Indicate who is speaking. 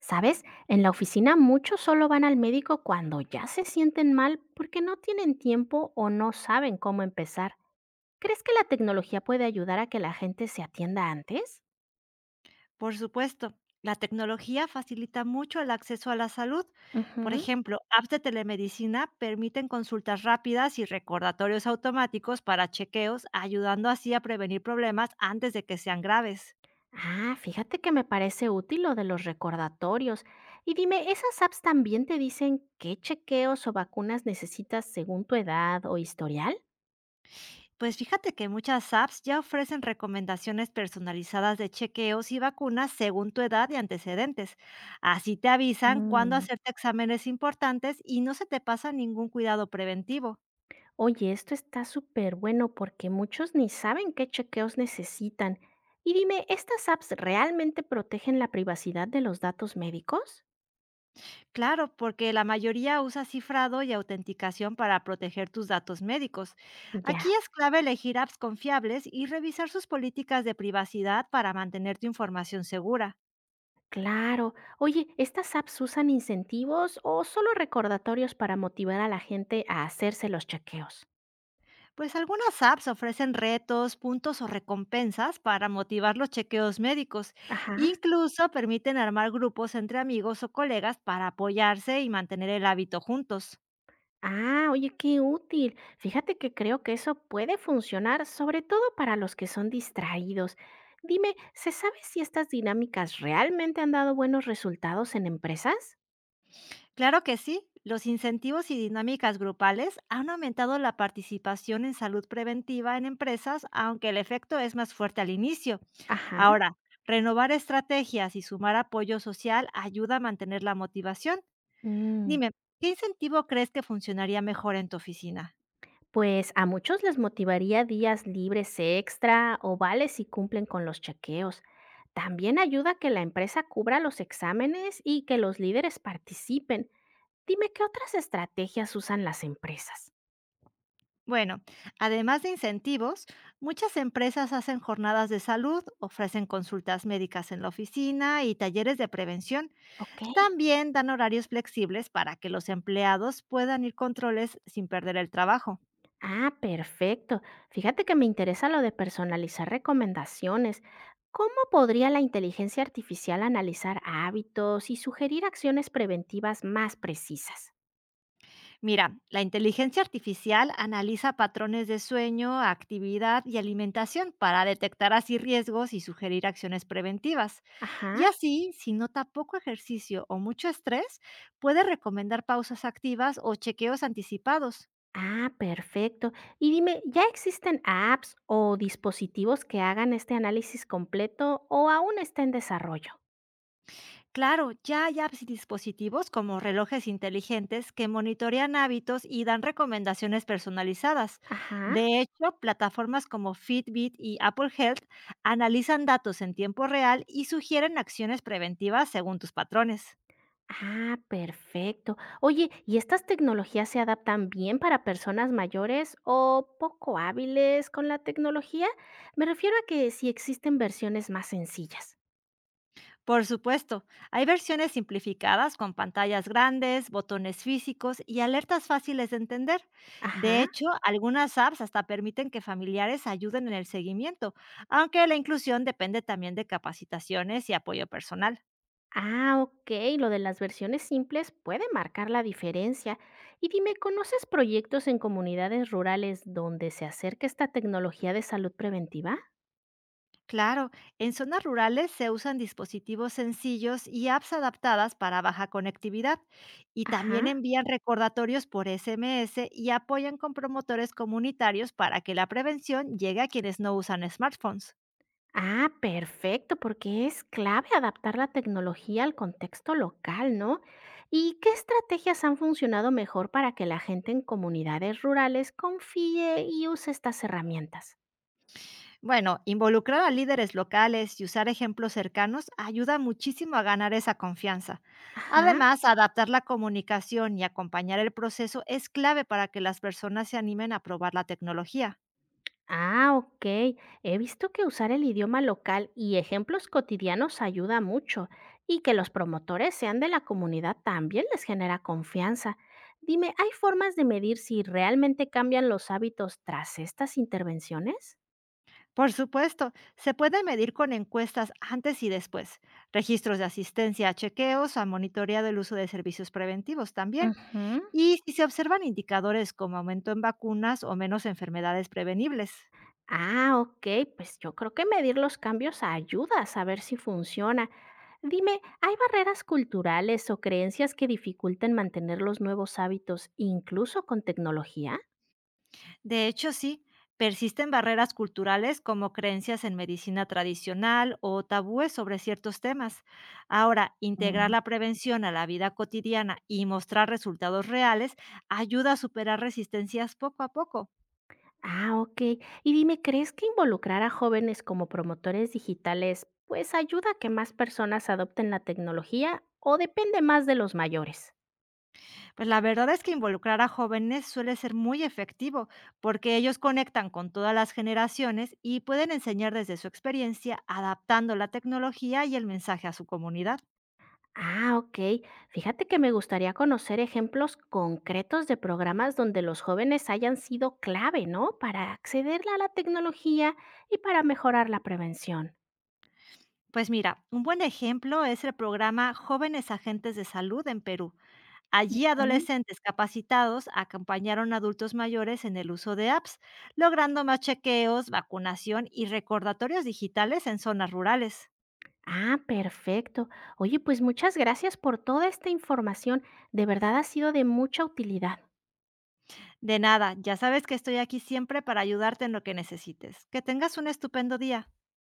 Speaker 1: ¿Sabes? En la oficina muchos solo van al médico cuando ya se sienten mal porque no tienen tiempo o no saben cómo empezar. ¿Crees que la tecnología puede ayudar a que la gente se atienda antes?
Speaker 2: Por supuesto, la tecnología facilita mucho el acceso a la salud. Por
Speaker 1: Ujú.
Speaker 2: ejemplo, apps de telemedicina permiten consultas rápidas y recordatorios automáticos para chequeos, ayudando así a prevenir problemas antes de que sean graves.
Speaker 1: Ah, fíjate que me parece útil lo de los recordatorios. Y dime, ¿esas apps también te dicen qué chequeos o vacunas necesitas según tu edad o historial?
Speaker 2: Pues fíjate que muchas apps ya ofrecen recomendaciones personalizadas de chequeos y vacunas según tu edad y antecedentes. Así te avisan cuándo
Speaker 1: Mm.
Speaker 2: hacerte exámenes importantes y no se te pasa ningún cuidado preventivo.
Speaker 1: Oye, esto está súper bueno porque muchos ni saben qué chequeos necesitan. Y dime, ¿estas apps realmente protegen la privacidad de los datos médicos?
Speaker 2: Claro, porque la mayoría usa cifrado y autenticación para proteger tus datos médicos.
Speaker 1: Ya,
Speaker 2: Aquí es clave elegir apps confiables y revisar sus políticas de privacidad para mantener tu información segura.
Speaker 1: claro. Oye, ¿estas apps usan incentivos o solo recordatorios para motivar a la gente a hacerse los chequeos?
Speaker 2: Pues algunas apps ofrecen retos, puntos o recompensas para motivar los chequeos médicos.
Speaker 1: Ajá.
Speaker 2: Incluso permiten armar grupos entre amigos o colegas para apoyarse y mantener el hábito juntos.
Speaker 1: Ah, oye, qué útil. Fíjate que creo que eso puede funcionar, sobre todo para los que son distraídos. Dime, ¿se sabe si estas dinámicas realmente han dado buenos resultados en empresas?
Speaker 2: Claro que sí, los incentivos y dinámicas grupales han aumentado la participación en salud preventiva en empresas, aunque el efecto es más fuerte al inicio.
Speaker 1: Ajá.
Speaker 2: Ahora, renovar estrategias y sumar apoyo social ayuda a mantener la motivación.
Speaker 1: Mm,
Speaker 2: Dime, ¿qué incentivo crees que funcionaría mejor en tu oficina?
Speaker 1: pues a muchos les motivaría días libres extra o vales si cumplen con los chequeos. También ayuda que la empresa cubra los exámenes y que los líderes participen. Dime, ¿qué otras estrategias usan las empresas?
Speaker 2: Bueno, además de incentivos, muchas empresas hacen jornadas de salud, ofrecen consultas médicas en la oficina y talleres de prevención.
Speaker 1: Ok.
Speaker 2: También dan horarios flexibles para que los empleados puedan ir controles sin perder el trabajo.
Speaker 1: Ah, perfecto. Fíjate que me interesa lo de personalizar recomendaciones. ¿Cómo podría la inteligencia artificial analizar hábitos y sugerir acciones preventivas más precisas?
Speaker 2: Mira, la inteligencia artificial analiza patrones de sueño, actividad y alimentación para detectar así riesgos y sugerir acciones preventivas. Y
Speaker 1: Ajá.
Speaker 2: así, si nota poco ejercicio o mucho estrés, puede recomendar pausas activas o chequeos anticipados.
Speaker 1: Ah, perfecto. Y dime, ¿ya existen apps o dispositivos que hagan este análisis completo o aún está en desarrollo?
Speaker 2: Claro, ya hay apps y dispositivos como relojes inteligentes que monitorean hábitos y dan recomendaciones personalizadas.
Speaker 1: Ajá.
Speaker 2: De hecho, plataformas como Fitbit y Apple Health analizan datos en tiempo real y sugieren acciones preventivas según tus patrones.
Speaker 1: Ah, perfecto. Oye, ¿y estas tecnologías se adaptan bien para personas mayores o poco hábiles con la tecnología? Me refiero a que si existen versiones más sencillas.
Speaker 2: Por supuesto, hay versiones simplificadas con pantallas grandes, botones físicos y alertas fáciles de entender. De
Speaker 1: Ajá.
Speaker 2: hecho, algunas apps hasta permiten que familiares ayuden en el seguimiento, aunque la inclusión depende también de capacitaciones y apoyo personal.
Speaker 1: Ah, ok. Lo de las versiones simples puede marcar la diferencia. Y dime, ¿conoces proyectos en comunidades rurales donde se acerque esta tecnología de salud preventiva?
Speaker 2: Claro, en zonas rurales se usan dispositivos sencillos y apps adaptadas para baja conectividad y también
Speaker 1: Ajá.
Speaker 2: envían recordatorios por SMS y apoyan con promotores comunitarios para que la prevención llegue a quienes no usan smartphones.
Speaker 1: Ah, perfecto, porque es clave adaptar la tecnología al contexto local, ¿no? ¿Y qué estrategias han funcionado mejor para que la gente en comunidades rurales confíe y use estas herramientas?
Speaker 2: Bueno, involucrar a líderes locales y usar ejemplos cercanos ayuda muchísimo a ganar esa confianza.
Speaker 1: Ajá.
Speaker 2: Además, adaptar la comunicación y acompañar el proceso es clave para que las personas se animen a probar la tecnología.
Speaker 1: Ah, ok. He visto que usar el idioma local y ejemplos cotidianos ayuda mucho y que los promotores sean de la comunidad también les genera confianza. Dime, ¿hay formas de medir si realmente cambian los hábitos tras estas intervenciones?
Speaker 2: Por supuesto, se puede medir con encuestas antes y después, registros de asistencia a chequeos, a monitoreo del uso de servicios preventivos también,
Speaker 1: Ujú.
Speaker 2: y si se observan indicadores como aumento en vacunas o menos enfermedades prevenibles.
Speaker 1: Ah, ok, pues yo creo que medir los cambios ayuda a saber si funciona. Dime, ¿hay barreras culturales o creencias que dificulten mantener los nuevos hábitos incluso con tecnología?
Speaker 2: De hecho, sí, persisten barreras culturales como creencias en medicina tradicional o tabúes sobre ciertos temas. Ahora, integrar
Speaker 1: Mm.
Speaker 2: la prevención a la vida cotidiana y mostrar resultados reales ayuda a superar resistencias poco a poco.
Speaker 1: Ah, ok. Y dime, ¿crees que involucrar a jóvenes como promotores digitales pues ayuda a que más personas adopten la tecnología o depende más de los mayores?
Speaker 2: Pues la verdad es que involucrar a jóvenes suele ser muy efectivo, porque ellos conectan con todas las generaciones y pueden enseñar desde su experiencia, adaptando la tecnología y el mensaje a su comunidad.
Speaker 1: Ah, ok. Fíjate que me gustaría conocer ejemplos concretos de programas donde los jóvenes hayan sido clave, ¿no? Para acceder a la tecnología y para mejorar la prevención.
Speaker 2: Pues mira, un buen ejemplo es el programa Jóvenes Agentes de Salud en Perú. Allí
Speaker 1: Ujú.
Speaker 2: adolescentes capacitados acompañaron a adultos mayores en el uso de apps, logrando más chequeos, vacunación y recordatorios digitales en zonas rurales.
Speaker 1: Ah, perfecto. Oye, pues muchas gracias por toda esta información. De verdad ha sido de mucha utilidad.
Speaker 2: De nada, ya sabes que estoy aquí siempre para ayudarte en lo que necesites. Que tengas un estupendo día.